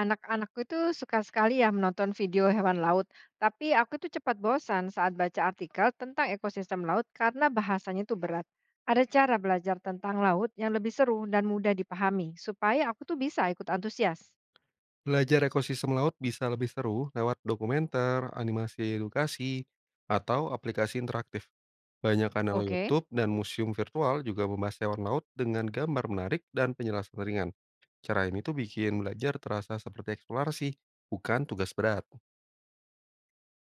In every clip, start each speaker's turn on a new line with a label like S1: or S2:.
S1: Anak-anakku itu suka sekali ya menonton video hewan laut, tapi aku itu cepat bosan saat baca artikel tentang ekosistem laut karena bahasanya itu berat. Ada cara belajar tentang laut yang lebih seru dan mudah dipahami, supaya aku tuh bisa ikut antusias.
S2: Belajar ekosistem laut bisa lebih seru lewat dokumenter, animasi edukasi, atau aplikasi interaktif. Banyak kanal
S1: Oke.
S2: YouTube dan museum virtual juga membahas hewan laut dengan gambar menarik dan penjelasan ringan. Cara ini tuh bikin belajar terasa seperti eksplorasi, bukan tugas berat.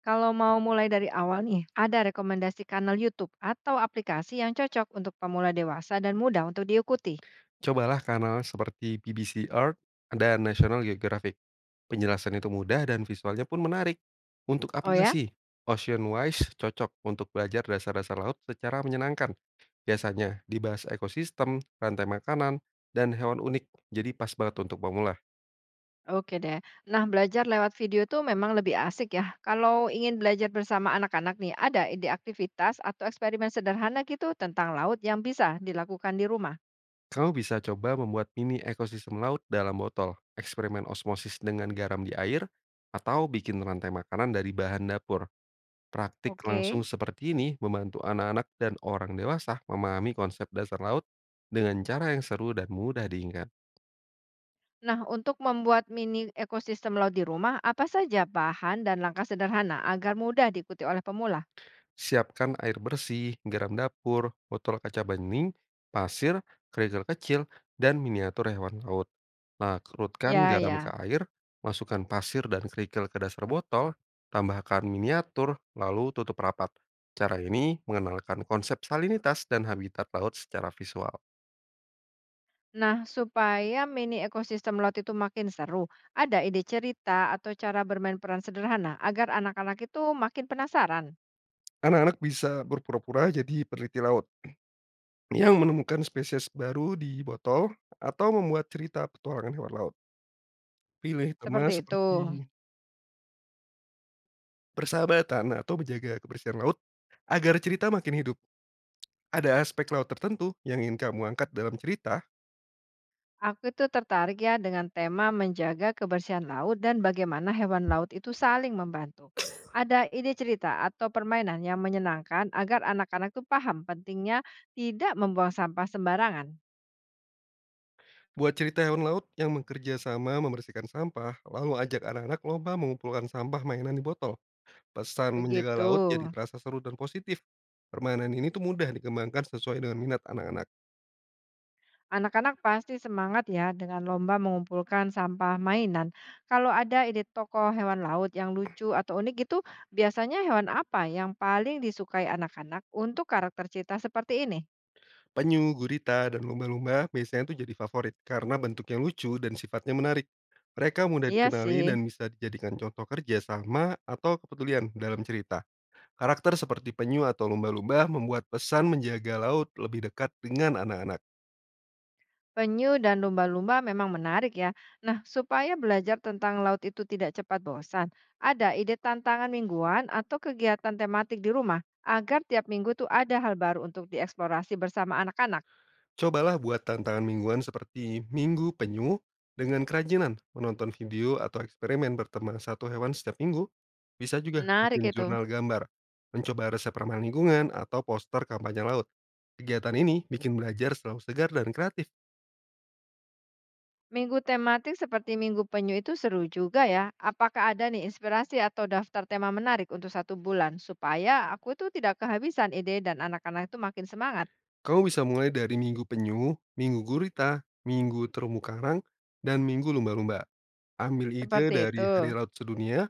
S1: Kalau mau mulai dari awal nih, ada rekomendasi kanal YouTube atau aplikasi yang cocok untuk pemula dewasa dan mudah untuk diikuti.
S2: Cobalah kanal seperti BBC Earth dan National Geographic. Penjelasan itu mudah dan visualnya pun menarik. Untuk
S1: Oh ya?
S2: aplikasi, Ocean Wise cocok untuk belajar dasar-dasar laut secara menyenangkan. Biasanya dibahas ekosistem, rantai makanan, dan hewan unik, jadi pas banget untuk pemula.
S1: Oke deh. Nah, belajar lewat video tuh memang lebih asik ya. Kalau ingin belajar bersama anak-anak nih, ada ide aktivitas atau eksperimen sederhana gitu tentang laut yang bisa dilakukan di rumah.
S2: Kamu bisa coba membuat mini ekosistem laut dalam botol, eksperimen osmosis dengan garam di air, atau bikin rantai makanan dari bahan dapur. Praktik langsung
S1: Oke.
S2: seperti ini membantu anak-anak dan orang dewasa memahami konsep dasar laut dengan cara yang seru dan mudah diingat.
S1: Nah, untuk membuat mini ekosistem laut di rumah, apa saja bahan dan langkah sederhana agar mudah diikuti oleh pemula?
S2: Siapkan air bersih, garam dapur, botol kaca bening, pasir, kerikil kecil, dan miniatur hewan laut. Larutkan
S1: Ya,
S2: garam
S1: ya.
S2: ke air, masukkan pasir dan kerikil ke dasar botol, tambahkan miniatur, lalu tutup rapat. Cara ini mengenalkan konsep salinitas dan habitat laut secara visual.
S1: Nah, supaya mini ekosistem laut itu makin seru, ada ide cerita atau cara bermain peran sederhana agar anak-anak itu makin penasaran.
S2: Anak-anak bisa berpura-pura jadi peneliti laut yang menemukan spesies baru di botol atau membuat cerita petualangan hewan laut. Pilih tema
S1: Seperti itu.
S2: seperti persahabatan, atau menjaga kebersihan laut agar cerita makin hidup. Ada aspek laut tertentu yang ingin kamu angkat dalam cerita.
S1: Aku itu tertarik ya dengan tema menjaga kebersihan laut dan bagaimana hewan laut itu saling membantu. Ada ide cerita atau permainan yang menyenangkan agar anak-anak tuh paham pentingnya tidak membuang sampah sembarangan.
S2: Buat cerita hewan laut yang bekerja sama membersihkan sampah, lalu ajak anak-anak lomba mengumpulkan sampah mainan di botol. Pesan menjaga
S1: Begitu.
S2: laut jadi terasa seru dan positif. Permainan ini tuh mudah dikembangkan sesuai dengan minat anak-anak.
S1: Anak-anak pasti semangat ya dengan lomba mengumpulkan sampah mainan. Kalau ada ide tokoh hewan laut yang lucu atau unik gitu, biasanya hewan apa yang paling disukai anak-anak untuk karakter cerita seperti ini?
S2: Penyu, gurita, dan lumba-lumba biasanya tuh jadi favorit karena bentuknya lucu dan sifatnya menarik. Mereka mudah
S1: Iya
S2: dikenali
S1: sih.
S2: dan bisa dijadikan contoh kerja sama atau kepedulian dalam cerita. Karakter seperti penyu atau lumba-lumba membuat pesan menjaga laut lebih dekat dengan anak-anak.
S1: Penyu dan lumba-lumba memang menarik ya. Nah, supaya belajar tentang laut itu tidak cepat bosan, ada ide tantangan mingguan atau kegiatan tematik di rumah agar tiap minggu tuh ada hal baru untuk dieksplorasi bersama anak-anak.
S2: Cobalah buat tantangan mingguan seperti Minggu Penyu dengan kerajinan, menonton video atau eksperimen bertema satu hewan setiap minggu. Bisa juga
S1: Menarik
S2: bikin
S1: itu.
S2: jurnal gambar, mencoba resep ramah lingkungan atau poster kampanye laut. Kegiatan ini bikin belajar selalu segar dan kreatif.
S1: Minggu tematik seperti Minggu Penyu itu seru juga ya. Apakah ada nih inspirasi atau daftar tema menarik untuk satu bulan supaya aku itu tidak kehabisan ide dan anak-anak itu makin semangat?
S2: Kamu bisa mulai dari Minggu Penyu, Minggu Gurita, Minggu Terumbu Karang, dan Minggu Lumba-Lumba. Ambil ide
S1: Seperti
S2: dari Hari
S1: itu.
S2: Laut Sedunia,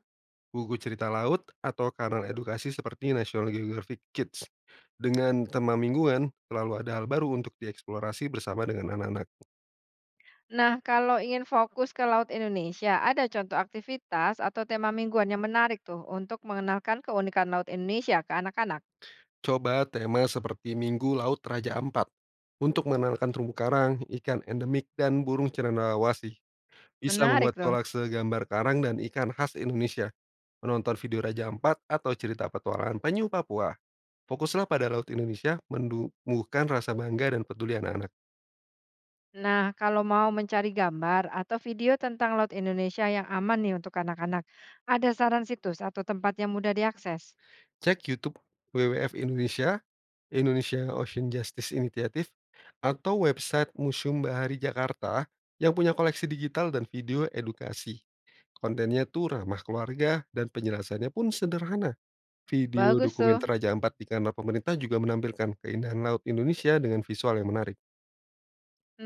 S2: buku cerita laut atau kanal edukasi seperti National Geographic Kids. Dengan tema mingguan, selalu ada hal baru untuk dieksplorasi bersama dengan anak-anak.
S1: Nah, kalau ingin fokus ke Laut Indonesia, ada contoh aktivitas atau tema mingguan yang menarik tuh untuk mengenalkan keunikan Laut Indonesia ke anak-anak.
S2: Coba tema seperti Minggu Laut Raja Ampat untuk mengenalkan terumbu karang, ikan endemik, dan burung cendrawasih. Bisa membuat
S1: Menarik tuh.
S2: kolase gambar karang dan ikan khas Indonesia, menonton video Raja Ampat atau cerita petualangan penyu Papua. Fokuslah pada Laut Indonesia, menumbuhkan rasa bangga dan peduli anak-anak.
S1: Nah, kalau mau mencari gambar atau video tentang Laut Indonesia yang aman nih untuk anak-anak, ada saran situs atau tempat yang mudah diakses.
S2: Cek YouTube WWF Indonesia, Indonesia Ocean Justice Initiative, atau website Museum Bahari Jakarta yang punya koleksi digital dan video edukasi. Kontennya tuh ramah keluarga dan penjelasannya pun sederhana. Video
S1: Bagus tuh.
S2: dokumenter Raja Ampat di kanal pemerintah juga menampilkan keindahan laut Indonesia dengan visual yang menarik.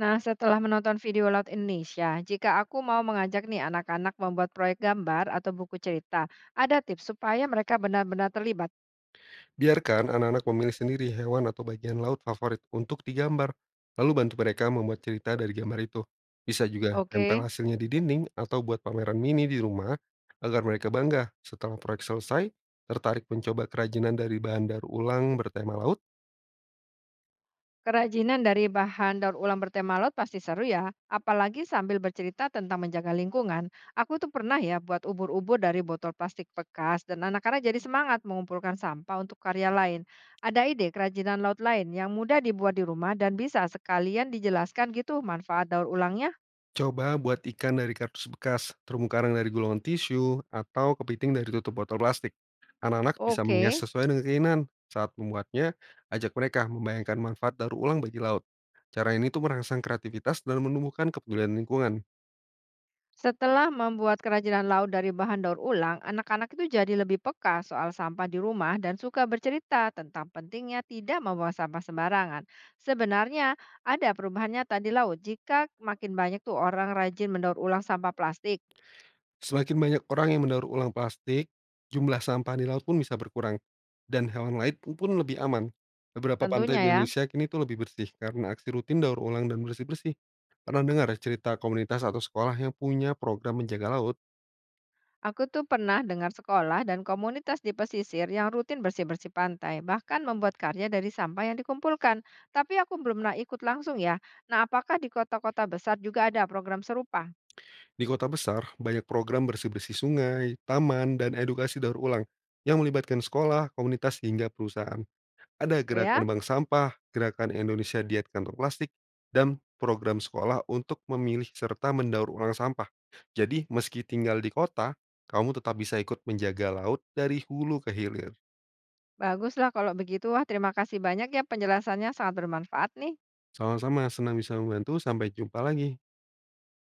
S1: Nah, setelah menonton video Laut Indonesia, jika aku mau mengajak nih anak-anak membuat proyek gambar atau buku cerita, ada tips supaya mereka benar-benar terlibat.
S2: Biarkan anak-anak memilih sendiri hewan atau bagian laut favorit untuk digambar, lalu bantu mereka membuat cerita dari gambar itu. Bisa juga tempel
S1: Oke.
S2: hasilnya di dinding atau buat pameran mini di rumah agar mereka bangga. Setelah proyek selesai, tertarik mencoba kerajinan dari bahan daur ulang bertema laut?
S1: Kerajinan dari bahan daur ulang bertema laut pasti seru ya, apalagi sambil bercerita tentang menjaga lingkungan. Aku tuh pernah ya buat ubur-ubur dari botol plastik bekas dan anak-anak jadi semangat mengumpulkan sampah untuk karya lain. Ada ide kerajinan laut lain yang mudah dibuat di rumah dan bisa sekalian dijelaskan gitu manfaat daur ulangnya?
S2: Coba buat ikan dari kardus bekas, terumbu karang dari gulungan tisu, atau kepiting dari tutup botol plastik. Anak-anak bisa menghias
S1: Oke.
S2: sesuai dengan keinginan. Saat membuatnya, ajak mereka membayangkan manfaat daur ulang bagi laut. Cara ini tuh merangsang kreativitas dan menumbuhkan kepedulian lingkungan.
S1: Setelah membuat kerajinan laut dari bahan daur ulang, anak-anak itu jadi lebih peka soal sampah di rumah dan suka bercerita tentang pentingnya tidak membuang sampah sembarangan. Sebenarnya ada perubahan nyata di laut jika makin banyak tuh orang rajin mendaur ulang sampah plastik.
S2: Semakin banyak orang yang mendaur ulang plastik, jumlah sampah di laut pun bisa berkurang, dan hewan lain pun lebih aman. Beberapa pantai
S1: Tentunya
S2: di
S1: ya.
S2: Indonesia kini tuh lebih bersih karena aksi rutin daur ulang dan bersih-bersih. Pernah dengar cerita komunitas atau sekolah yang punya program menjaga laut?
S1: Aku tuh pernah dengar sekolah dan komunitas di pesisir yang rutin bersih-bersih pantai, bahkan membuat karya dari sampah yang dikumpulkan. Tapi aku belum pernah ikut langsung ya. Nah, apakah di kota-kota besar juga ada program serupa?
S2: Di kota besar, banyak program bersih-bersih sungai, taman, dan edukasi daur ulang yang melibatkan sekolah, komunitas, hingga perusahaan. Ada
S1: Oh
S2: Gerakan
S1: ya?
S2: Bank Sampah, Gerakan Indonesia Diet Kantong Plastik, dan program sekolah untuk memilih serta mendaur ulang sampah. Jadi, meski tinggal di kota, kamu tetap bisa ikut menjaga laut dari hulu ke hilir.
S1: Baguslah kalau begitu. Wah, terima kasih banyak ya, penjelasannya sangat bermanfaat nih.
S2: Sama-sama, senang bisa membantu. Sampai jumpa lagi.